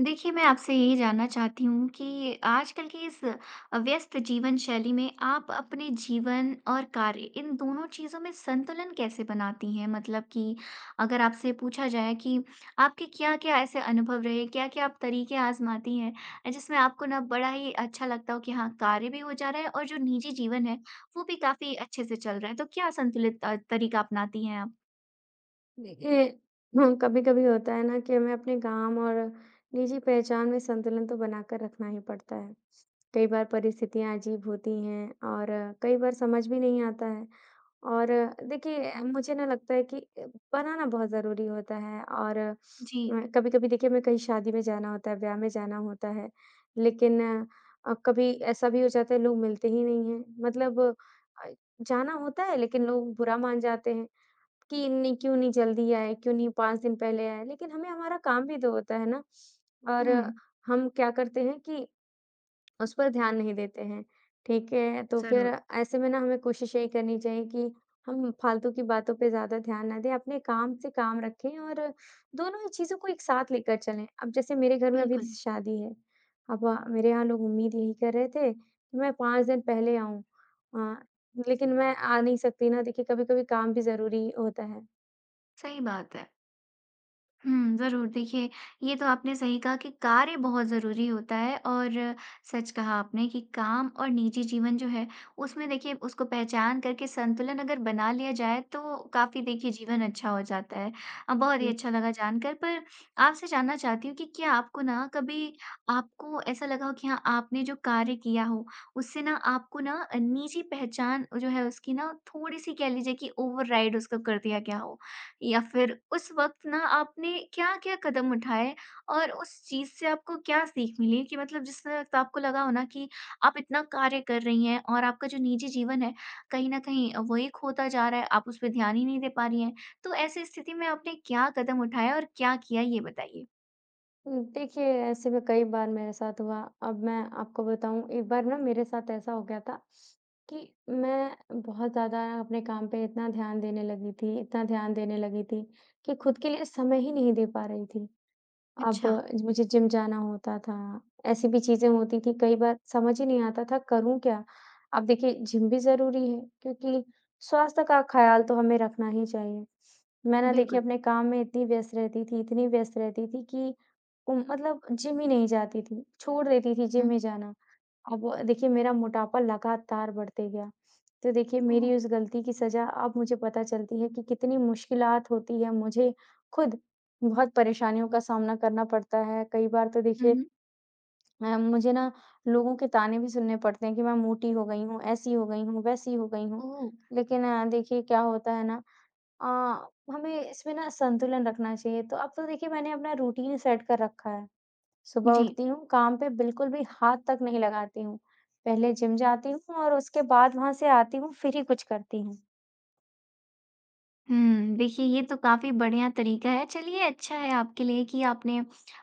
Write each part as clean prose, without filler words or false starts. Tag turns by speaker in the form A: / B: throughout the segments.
A: देखिए, मैं आपसे यही जानना चाहती हूँ कि आजकल की इस व्यस्त जीवन शैली में आप अपने जीवन और कार्य इन दोनों चीज़ों में संतुलन कैसे बनाती हैं? मतलब कि अगर आपसे पूछा जाए कि आपके क्या-क्या ऐसे अनुभव रहे, क्या-क्या आप तरीके आज़माती हैं जिसमें आपको ना बड़ा ही अच्छा लगता हो कि हाँ, कार्य भी हो जा रहा है और जो निजी जीवन है, वो भी काफ़ी अच्छे से चल रहा है। तो क्या संतुलित तरीका अपनाती हैं आप?
B: देखिए, हाँ, कभी-कभी होता है ना कि हमें अपने काम और निजी पहचान में संतुलन तो बनाकर रखना ही पड़ता है। कई बार परिस्थितियाँ अजीब होती हैं और कई बार समझ भी नहीं आता है। और देखिए मुझे ना लगता है कि बनाना बहुत ज़रूरी होता है। और
A: जी।
B: कभी-कभी देखिए हमें कहीं शादी में जाना होता है, ब्याह में जाना होता है, लेकिन कभी ऐसा भी हो जाता है लोग मिलते ही नहीं हैं। मतलब अ, जाना होता है लेकिन लोग बुरा मान जाते हैं। कि नहीं क्यों नहीं जल्दी आए, क्यों नहीं 5 दिन पहले आए, लेकिन हमें हमारा काम भी तो होता है ना। और
A: हुँ।
B: हम क्या करते हैं कि उस पर ध्यान नहीं देते हैं, ठीक है? तो फिर
A: ज़रूर,
B: ऐसे में ना हमें कोशिश यही करनी चाहिए कि हम फालतू की बातों पे ज़्यादा ध्यान ना दें, अपने काम से काम रखें और दोनों ही चीज़ों को एक साथ लेकर चलें। अब जैसे मेरे घर में अभी
A: बिल्कुल,
B: शादी है, अब मेरे यहाँ लोग उम्मीद यही कर रहे थे कि मैं 5 दिन पहले आऊँ, अ, लेकिन मैं आ नहीं सकती ना, देखिए कभी-कभी काम भी ज़रूरी होता है।
A: सही बात है। हुँ, ज़रूर। देखिए, ये तो आपने सही कहा कि कार्य बहुत ज़रूरी होता है और सच कहा आपने कि काम और निजी जीवन जो है, उसमें देखिए उसको पहचान करके संतुलन अगर बना लिया जाए, तो काफ़ी देखिए जीवन अच्छा हो जाता है। बहुत ही
B: हुँ।
A: अच्छा लगा जानकर। पर आपसे जानना चाहती हूँ कि क्या आपको ना कभी आपको ऐसा लगा हो कि हाँ, आपने जो कार्य किया हो, उससे ना आपको ना निजी पहचान जो है उसकी ना थोड़ी-सी कह लीजिए कि ओवरराइड उसको कर दिया गया हो? या फिर उस वक़्त ना आपने क्या-क्या कदम उठाए और उस चीज़ से आपको क्या सीख मिली कि मतलब जिस वक़्त आपको लगा हो ना कि आप इतना कार्य कर रही हैं और आपका जो निजी जीवन है, कहीं न कहीं वही खोता जा रहा है, आप उस पे ध्यान ही नहीं दे पा रही हैं। तो ऐसी स्थिति में आपने क्या कदम उठाए और क्या किया ये बताइए?
B: देखिए ऐसे भी कई बार मेरे साथ हुआ। अब मैं आपको बताऊँ एक बार ना मेरे साथ ऐसा हो गया था कि मैं बहुत ज़्यादा अपने काम पे इतना ध्यान देने लगी थी, इतना ध्यान देने लगी थी कि खुद के लिए समय ही नहीं दे पा रही थी। अब
A: अच्छा,
B: मुझे जिम जाना होता था, ऐसी भी चीज़ें होती थी, कई बार समझ ही नहीं आता था करूँ क्या? अब देखिए जिम भी ज़रूरी है क्योंकि स्वास्थ्य का ख़्याल तो हमें रखना ही चाहिए। मैं ना देखिए
A: बिल्कुल।
B: अपने काम में इतनी व्यस्त रहती थी, इतनी व्यस्त रहती थी कि मतलब जिम ही नहीं जाती थी, छोड़ देती थी जिम
A: हुँ।
B: में जाना। अब देखिए मेरा मोटापा लगातार बढ़ते गया। तो देखिए
A: ओह!
B: मेरी उस गलती की सज़ा अब मुझे पता चलती है कि कितनी मुश्किलात होती है, मुझे खुद बहुत परेशानियों का सामना करना पड़ता है। कई बार तो
A: हुँ,
B: देखिए
A: हुँ।
B: मुझे ना लोगों के ताने भी सुनने पड़ते हैं कि मैं मोटी हो गई हूँ, ऐसी हो गई हूँ, वैसी हो गई हूँ।
A: ओह!
B: लेकिन देखिए क्या होता है ना, अ, हमें इसमें ना संतुलन रखना चाहिए। तो अब तो देखिए मैंने अपना रूटीन सेट कर रखा है। सुबह
A: जी।
B: उठती हूँ, काम पे बिल्कुल भी हाथ तक नहीं लगाती हूँ। पहले जिम जाती हूँ और उसके बाद वहाँ से आती हूँ, फिर ही कुछ करती हूँ।
A: हुँ, देखिए ये तो काफ़ी बढ़िया तरीका है। चलिए अच्छा है आपके लिए कि आपने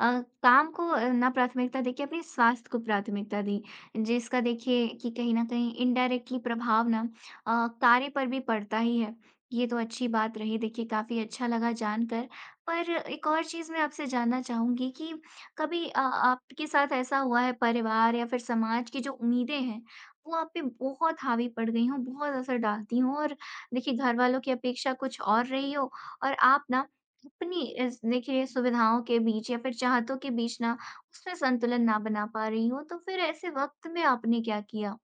A: काम को ना प्राथमिकता देके अपने स्वास्थ्य को प्राथमिकता दी। जिसका देखिए कि कहीं न कहीं इनडायरेक्टली प्रभाव ना कार्य पर भी पड़ता ही है। ये तो अच्छी बात रही देखिए काफ़ी अच्छा लगा जानकर। पर एक और चीज़ मैं आपसे जानना चाहूँगी कि कभी आपके साथ ऐसा हुआ है परिवार या फिर समाज की जो उम्मीदें हैं, वो आप पे बहुत हावी पड़ गई हों, बहुत असर डालती हों और देखिए, घर वालों की अपेक्षा कुछ और रही हो और आप ना अपनी इस देखिए सुविधाओं के बीच या फिर चाहतों के बीच ना उसमें संतुलन ना बना पा रही हो, तो फिर ऐसे वक़्त में आपने क्या किया?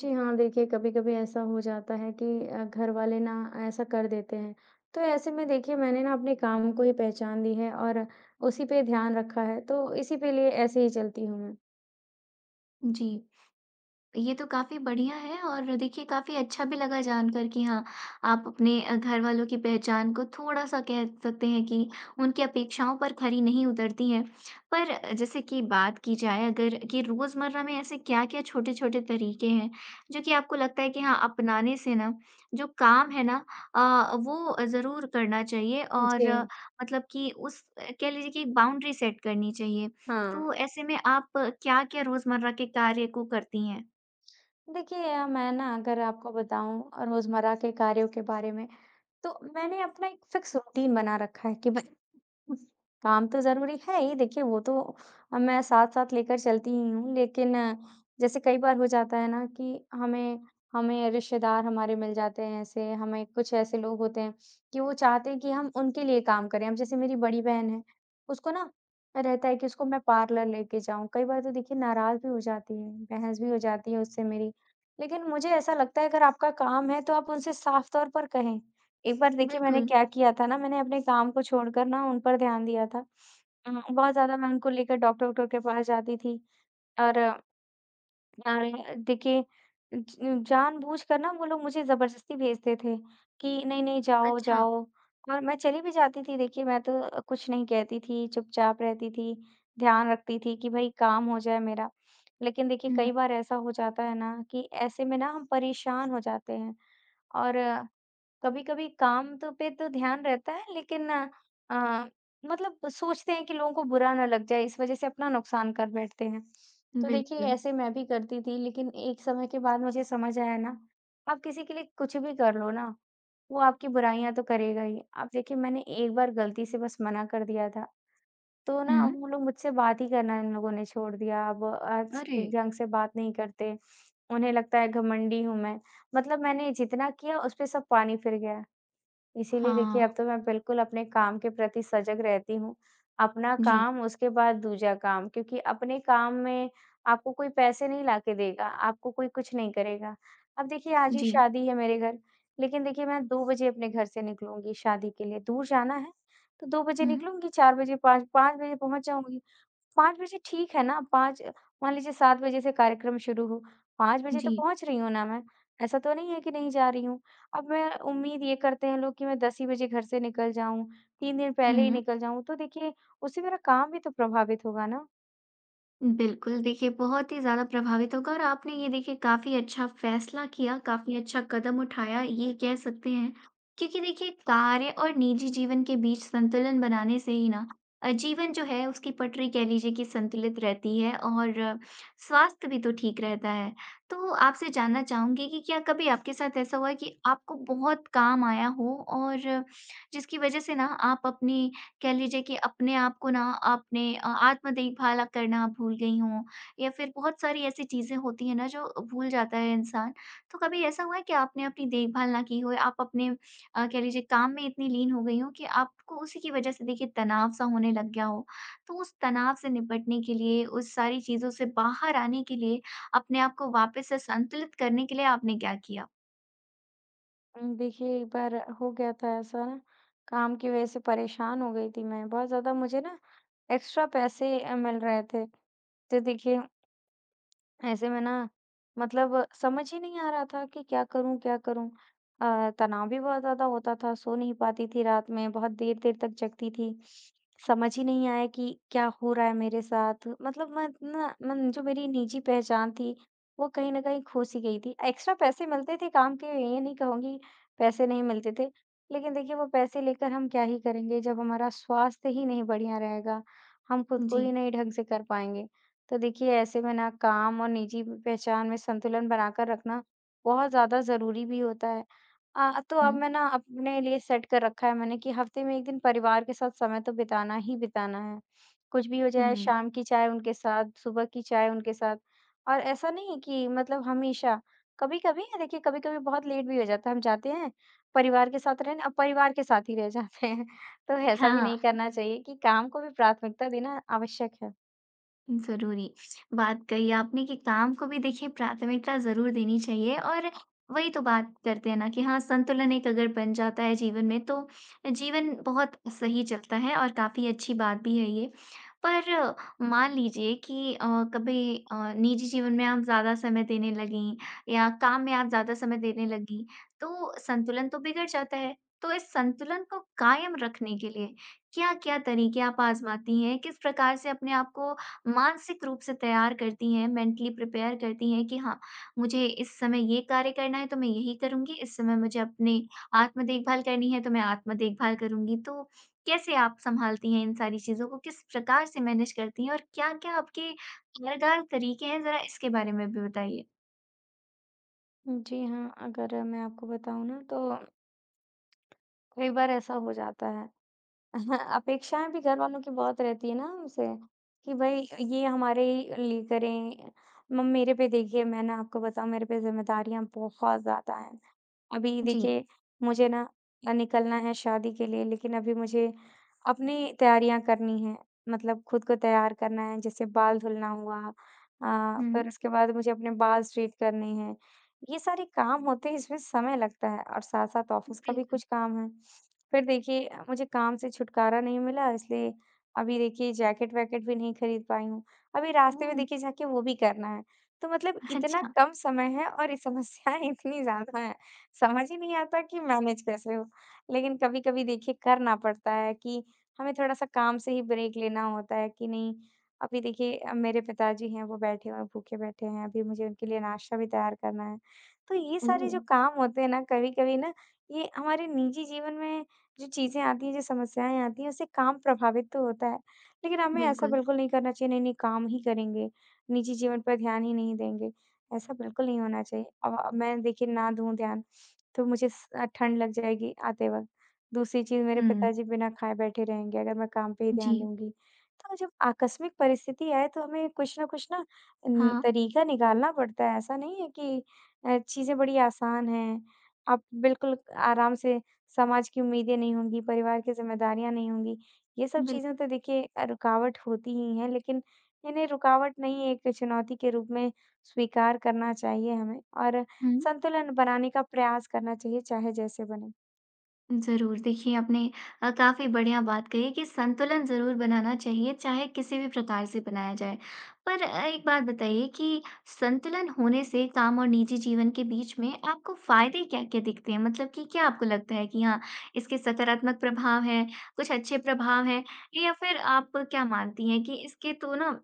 B: जी हाँ, देखिए कभी-कभी ऐसा हो जाता है कि घर वाले ना ऐसा कर देते हैं। तो ऐसे में देखिए मैंने ना अपने काम को ही पहचान दी है और उसी पे ध्यान रखा है, तो इसी के लिए ऐसे ही चलती हूँ मैं।
A: जी। ये तो काफ़ी बढ़िया है और देखिए काफ़ी अच्छा भी लगा जानकर कि हाँ, आप अपने घर वालों की पहचान को थोड़ा-सा कह सकते हैं कि उनकी अपेक्षाओं पर खरी नहीं उतरती हैं। पर जैसे कि बात की जाए अगर कि रोज़मर्रा में ऐसे क्या-क्या छोटे-छोटे तरीके हैं, जो कि आपको लगता है कि हाँ, अपनाने से ना जो काम है ना वो ज़रूर करना चाहिए और
B: जी,
A: मतलब कि उस कह लीजिए कि बाउंड्री सेट करनी चाहिए। तो
B: हाँ।
A: ऐसे में आप क्या-क्या रोज़मर्रा के कार्य को करती हैं?
B: देखिए मैं ना अगर आपको बताऊँ रोज़मर्रा के कार्यों के बारे में, तो मैंने अपना एक फिक्स रूटीन बना रखा है कि मैं काम तो ज़रूरी है ही, देखिए वो तो मैं साथ-साथ लेकर चलती ही हूँ, लेकिन जैसे कई बार हो जाता है ना कि हमें हमें रिश्तेदार हमारे मिल जाते हैं ऐसे, हमें कुछ ऐसे लोग होते हैं कि वो चाहते हैं कि हम उनके लिए काम करें। अब जैसे मेरी बड़ी बहन है, उसको ना रहता है कि उसको मैं पार्लर लेके जाऊँ। कई बार तो देखिए नाराज़ भी हो जाती है, बहस भी हो जाती है उससे मेरी। लेकिन मुझे ऐसा लगता है अगर आपका काम है तो आप उनसे साफ तौर पर कहें। एक बार देखिए मैंने
A: बिल्कुल,
B: क्या किया था ना, मैंने अपने काम को छोड़कर ना उन पर ध्यान दिया था। बहुत ज़्यादा मैं उनको लेकर डॉक्टर वॉक्टर के पास जाती थी और अरे देखिए ज जानबूझकर ना वो लोग मुझे ज़बरदस्ती भेजते थे कि नहीं, नहीं जाओ,
A: अच्छा,
B: जाओ, और मैं चली भी जाती थी। देखिए मैं तो कुछ नहीं कहती थी, चुपचाप रहती थी, ध्यान रखती थी कि भई काम हो जाए मेरा। लेकिन देखिए
A: हुँ,
B: कई बार ऐसा हो जाता है ना कि ऐसे में ना हम परेशान हो जाते हैं, और कभी-कभी काम तो पे तो ध्यान रहता है लेकिन मतलब सोचते हैं कि लोगों को बुरा ना लग जाए, इस वजह से अपना नुकसान कर बैठते हैं। तो देखिए
A: बिल्कुल,
B: ऐसे मैं भी करती थी, लेकिन एक समय के बाद मुझे समझ आया ना, आप किसी के लिए कुछ भी कर लो ना, वो आपकी बुराइयाँ तो करेगा ही। अब देखिए मैंने एक बार गलती से बस मना कर दिया था, तो ना
A: हुँ,
B: अब वो लोग मुझसे बात ही करना इन लोगों ने छोड़ दिया। अब आज
A: अरे!
B: ठीक ढंग से बात नहीं करते, उन्हें लगता है घमंडी हूँ मैं। मतलब मैंने जितना किया उस पे सब पानी फिर गया। इसीलिए देखिए
A: हाँ,
B: अब तो मैं बिल्कुल अपने काम के प्रति सजग रहती हूँ। अपना
A: जी,
B: काम, उसके बाद दूजा काम, क्योंकि अपने काम में आपको कोई पैसे नहीं लाके देगा, आपको कोई कुछ नहीं करेगा। अब देखिए आज ही
A: जी,
B: शादी है मेरे घर, लेकिन देखिए मैं 2 बजे अपने घर से निकलूँगी शादी के लिए, दूर जाना है, तो 2 बजे
A: हुँ,
B: निकलूँगी, 4 बजे 5 5 बजे पहुँच जाऊँगी। 5 बजे ठीक है ना, 5 मान लीजिए 7 बजे से कार्यक्रम शुरू हो, 5 बजे तो
A: जी,
B: पहुँच रही हूँ ना मैं, ऐसा तो नहीं है कि नहीं जा रही हूँ। अब मैं उम्मीद ये करते हैं लोग कि मैं 10 ही बजे घर से निकल जाऊँ, 3 दिन पहले ही
A: हुँ।
B: निकल जाऊँ, तो देखिए उससे मेरा काम भी तो प्रभावित होगा ना।
A: बिल्कुल, देखिए बहुत ही ज़्यादा प्रभावित होगा और आपने ये देखिए काफ़ी अच्छा फैसला किया, काफ़ी अच्छा कदम उठाया ये कह सकते हैं। क्योंकि देखिए कार्य और निजी जीवन के बीच संतुलन बनाने से ही ना जीवन जो है उसकी पटरी कह लीजिए कि संतुलित रहती है और स्वास्थ्य भी तो ठीक रहता है। तो आपसे जानना चाहूँगी कि क्या कभी आपके साथ ऐसा हुआ है कि आपको बहुत काम आया हो और जिसकी वज़ह से ना आप अपने कह लीजिए कि अपने आप को ना आपने आत्म देखभाल करना भूल गई हों या फिर बहुत सारी ऐसी चीज़ें होती हैं ना जो भूल जाता है इंसान। तो कभी ऐसा हुआ है कि आपने अपनी देखभाल ना की हो, आप अपने कह लीजिए काम में इतनी लीन हो गई हों कि आपको उसी की वज़ह से देखिए तनाव-सा होने लग गया हो? तो उस तनाव से निपटने के लिए, उस सारी चीज़ों से बाहर आने के लिए, अपने आप को वापस से संतुलित करने के लिए आपने क्या किया?
B: देखिए एक बार हो गया था ऐसा ना, काम की वज़ह से परेशान हो गई थी मैं, बहुत ज़्यादा मुझे ना एक्स्ट्रा पैसे मिल रहे थे। तो देखिए ऐसे में ना मतलब समझ ही नहीं आ रहा था कि क्या करूं, क्या करूं, तनाव भी बहुत ज्यादा होता था, सो नहीं पाती थी, रात में बहुत देर देर तक जगती थी, समझ ही नहीं आया कि क्या हो रहा है मेरे साथ। मतलब मैं ना, मैं जो मेरी निजी पहचान थी, वो कहीं ना कहीं खो सी गई थी। एक्स्ट्रा पैसे मिलते थे काम के, ये नहीं कहूंगी पैसे नहीं मिलते थे, लेकिन देखिए वो पैसे लेकर हम क्या ही करेंगे जब हमारा स्वास्थ्य ही नहीं बढ़िया रहेगा, हम खुद को
A: जी।
B: ही नहीं ढंग से कर पाएंगे। तो देखिए ऐसे में ना काम और निजी प पहचान में संतुलन बनाकर रखना बहुत ज़्यादा ज़रूरी भी होता है। तो अब
A: हुँ।
B: मैं ना अपने लिए सेट कर रखा है मैंने कि हफ़्ते में 1 दिन परिवार के साथ समय तो बिताना ही बिताना है। कुछ भी हो जाए
A: हुँ।
B: शाम की चाय उनके साथ, सुबह की चाय उनके साथ। और ऐसा नहीं कि मतलब हमेशा, कभी-कभी देखिए कभी-कभी बहुत लेट भी हो जाता है। हम जाते हैं, परिवार के साथ रहने, अब परिवार के साथ ही रह जाते हैं। तो ऐसा भी
A: हाँ।
B: नहीं करना चाहिए कि काम को भी प्राथमिकता देना आवश्यक है।
A: ज़रूरी। बात कही आपने कि काम को भी देखिए प्राथमिकता ज़रूर देनी चाहिए और वही तो बात करते हैं ना कि हाँ, संतुलन एक अगर बन जाता है जीवन में तो जीवन बहुत सही चलता है और काफ़ी अच्छी बात भी है ये। पर मान लीजिए कि कभी निजी जीवन में आप ज़्यादा समय देने लगीं या काम में आप ज़्यादा समय देने लगीं, तो संतुलन तो बिगड़ जाता है। तो इस संतुलन को कायम रखने के लिए क्या-क्या तरीके आप आज़माती हैं? किस प्रकार से अपने आप को मानसिक रूप से तैयार करती हैं, मेंटली प्रिपेयर करती हैं कि हाँ, मुझे इस समय ये कार्य करना है, तो मैं यही करूँगी, इस समय मुझे अपने आत्म देखभाल करनी है, तो मैं आत्म देखभाल करूँगी। तो कैसे आप सँभालती हैं इन सारी चीज़ों को? किस प्रकार से मैनेज करती हैं और क्या-क्या आपके कारगर तरीके हैं, ज़रा इसके बारे में भी बताइए?
B: जी हाँ, अगर मैं आपको बताऊँ ना, तो कई बार ऐसा हो जाता है। अपेक्षाएँ भी घर वालों की बहुत रहती है ना हमसे कि भई ये हमारे ही लिए करें। म मेरे पे देखिए, मैं ना आपको बताऊँ, मेरे पे ज़िम्मेदारियाँ बहुत ज़्यादा हैं। अभी
A: जी।
B: देखिए मुझे ना निकलना है शादी के लिए, लेकिन अभी मुझे अपनी तैयारियां करनी है, मतलब खुद को तैयार करना है। जैसे बाल धुलना हुआ,
A: हुँ।
B: फिर उसके बाद मुझे अपने बाल स्ट्रेट करने हैं। ये सारे काम होते हैं, इसमें समय लगता है, और साथ साथ ऑफिस का भी
A: बिल्कुल।
B: कुछ काम है। फिर देखिए मुझे काम से छुटकारा नहीं मिला, इसलिए अभी देखिए जैकेट वैकेट भी नहीं खरीद पाई हूँ, अभी रास्ते में
A: ओह!
B: देखिए जाके वो भी करना है। तो मतलब इतना
A: अच्छा।
B: कम समय है और ये समस्याएं इतनी ज्यादा है, समझ ही नहीं आता कि मैनेज कैसे हो? लेकिन कभी-कभी देखिए करना पड़ता है कि हमें थोड़ा-सा काम से ही ब्रेक लेना होता है कि नहीं, अभी देखिए मेरे पिताजी हैं, वो बैठे हुए हैं, भूखे बैठे हैं, अभी मुझे उनके लिए नाश्ता भी तैयार करना है। तो ये सारे
A: ओह!
B: जो काम होते हैं ना, कभी-कभी ना ये हमारे निजी जीवन में जो चीज़ें आती हैं, जो समस्याएँ आती हैं, उससे काम प्रभावित तो होता है। लेकिन हमें ऐसा
A: बिल्कुल।
B: बिल्कुल नहीं करना चाहिए नहीं-नहीं काम ही करेंगे, निजी जीवन पर ध्यान ही नहीं देंगे। ऐसा बिल्कुल नहीं होना चाहिए। मैं देखिए ना दूँ ध्यान, तो मुझे ठंड लग जाएगी आते वक़्त। दूसरी चीज़, मेरे
A: हुँ।
B: पिताजी बिना खाए बैठे रहेंगे अगर मैं काम पे ही
A: जी।
B: ध्यान दूँगी। तो जब आकस्मिक परिस्थिति आए तो हमें कुछ ना
A: हाँ,
B: तरीका निकालना पड़ता है। ऐसा नहीं है कि चीज़ें बड़ी आसान हैं। आप बिल्कुल आराम से, समाज की उम्मीदें नहीं होंगी, परिवार की ज़िम्मेदारियाँ नहीं होंगी। ये सब
A: बिल
B: चीज़ें तो देखिए रुकावट होती ही हैं, लेकिन इन्हें रुकावट नहीं, एक चुनौती के रूप में स्वीकार करना चाहिए हमें, और
A: हुँ।
B: संतुलन बनाने का प्रयास करना चाहिए, चाहे जैसे बने।
A: ज़रूर। देखिए, आपने काफ़ी बढ़िया बात कही कि संतुलन ज़रूर बनाना चाहिए, चाहे किसी भी प्रकार से बनाया जाए। पर एक बात बताइए कि संतुलन होने से काम और निजी जीवन के बीच में आपको फ़ायदे क्या-क्या दिखते हैं? मतलब कि क्या आपको लगता है कि हाँ, इसके सकारात्मक प्रभाव हैं, कुछ अच्छे प्रभाव हैं या फिर आप क्या मानती हैं कि इसके तो ना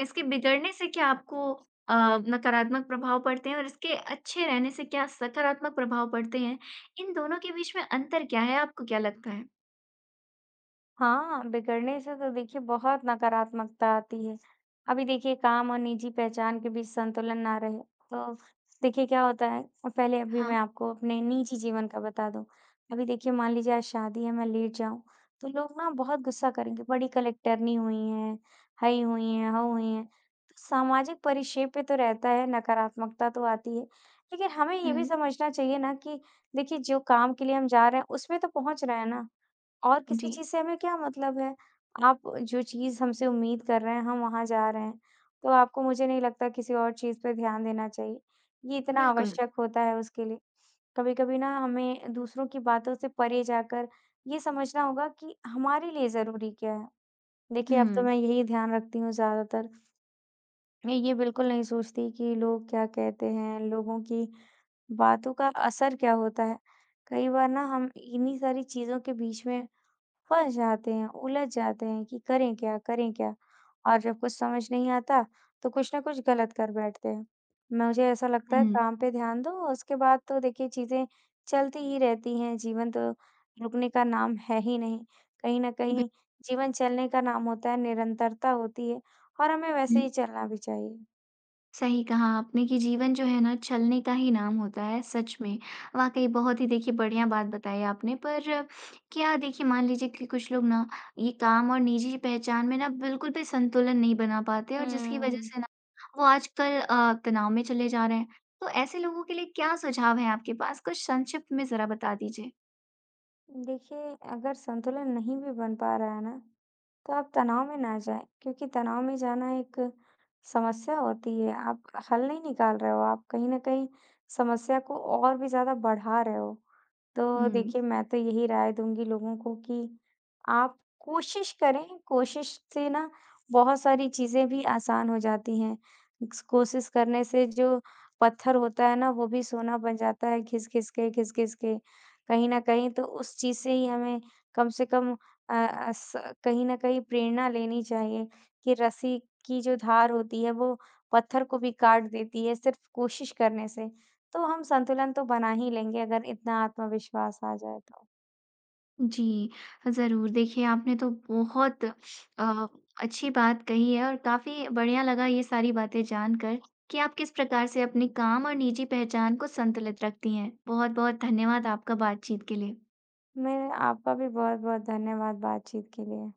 A: इसके बिगड़ने से क्या आपको अ, नकारात्मक प्रभाव पड़ते हैं और इसके अच्छे रहने से क्या सकारात्मक प्रभाव पड़ते हैं? इन दोनों के बीच में अंतर क्या है, आपको क्या लगता है?
B: हाँ, बिगड़ने से तो देखिए बहुत नकारात्मकता आती है। अभी देखिए काम और निजी पहचान के बीच संतुलन ना रहे तो देखिए क्या होता है। और पहले अभी
A: हाँ।
B: मैं आपको अपने निजी जीवन का बता दूँ। अभी देखिए मान लीजिए आज शादी है, मैं लेट जाऊँ, तो लोग ना बहुत गुस्सा करेंगे, बड़ी कलेक्टरनी हुई हैं, हई हुई हैं, हौ हुई हैं। तो सामाजिक परिपेक्ष पे तो रहता है, नकारात्मकता तो आती है। लेकिन हमें ये भी
A: हुँ।
B: समझना चाहिए ना कि देखिए जो काम के लिए हम जा रहे हैं उसमें तो पहुँच रहे हैं ना। और किसी
A: जी,
B: चीज़ से हमें क्या मतलब है? आप जो चीज़ हमसे उम्मीद कर रहे हैं, हम वहाँ जा रहे हैं, तो आपको, मुझे नहीं लगता, किसी और चीज़ पे ध्यान देना चाहिए। ये इतना
A: बिल्कुल।
B: आवश्यक होता है उसके लिए। कभी-कभी ना हमें दूसरों की बातों से परे जाकर ये समझना होगा कि हमारे लिए ज़रूरी क्या है। देखिए, अब तो
A: हुँ।
B: मैं यही ध्यान रखती हूँ ज़्यादातर। मैं ये बिल्कुल नहीं सोचती कि लोग क्या कहते हैं, लोगों की बातों का असर क्या होता है। कई बार ना हम इन्हीं सारी चीज़ों के बीच में फँस जाते हैं, उलझ जाते हैं कि करें क्या, करें क्या? और जब कुछ समझ नहीं आता, तो कुछ ना कुछ गलत कर बैठते हैं। मुझे ऐसा लगता है
A: हुँ।
B: काम पे ध्यान दो, उसके बाद तो देखिए चीज़ें चलती ही रहती हैं, जीवन तो रुकने का नाम है ही नहीं। कहीं न कहीं जीवन चलने का नाम होता है, निरंतरता होती है और हमें वैसे
A: बि
B: ही चलना भी चाहिए।
A: सही कहा आपने कि जीवन जो है ना छलने का ही नाम होता है सच में। वाक़ई बहुत ही देखिए बढ़िया बात बताई आपने। पर क्या देखिए मान लीजिए कि कुछ लोग ना ये काम और निजी पहचान में ना बिल्कुल भी संतुलन नहीं बना पाते और जिसकी वज़ह
B: हुँ,
A: से ना वो आजकल तनाव में चले जा रहे हैं। तो ऐसे लोगों के लिए क्या सुझाव है आपके पास? कुछ संक्षिप्त में ज़रा बता दीजिए।
B: देखिए अगर संतुलन नहीं भी बन पा रहा है ना, तो आप तनाव में ना जाएँ, क्योंकि तनाव में जाना एक समस्या होती है। आप हल नहीं निकाल रहे हो, आप कहीं न कहीं समस्या को और भी ज़्यादा बढ़ा रहे हो। तो
A: हुँ।
B: देखिए, मैं तो यही राय दूँगी लोगों को कि आप कोशिश करें, कोशिश से ना बहुत सारी चीज़ें भी आसान हो जाती हैं। इस कोशिश करने से जो पत्थर होता है ना, वो भी सोना बन जाता है घिस-घिस के, घिस-घिस के। कहीं न कहीं तो उस चीज़ से ही हमें कम से कम अ, अस कहीं न कहीं प्रेरणा लेनी चाहिए कि रस्सी की जो धार होती है, वो पत्थर को भी काट देती है सिर्फ़ कोशिश करने से। तो हम संतुलन तो बना ही लेंगे अगर इतना आत्मविश्वास आ जाए तो।
A: जी, ज़रूर। देखिए, आपने तो बहुत अ, अच्छी बात कही है और काफ़ी बढ़िया लगा ये सारी बातें जानकर कि आप किस प्रकार से अपने काम और निजी पहचान को संतुलित रखती हैं। बहुत-बहुत धन्यवाद आपका बातचीत के लिए।
B: मैं आपका भी बहुत-बहुत धन्यवाद बातचीत के लिए।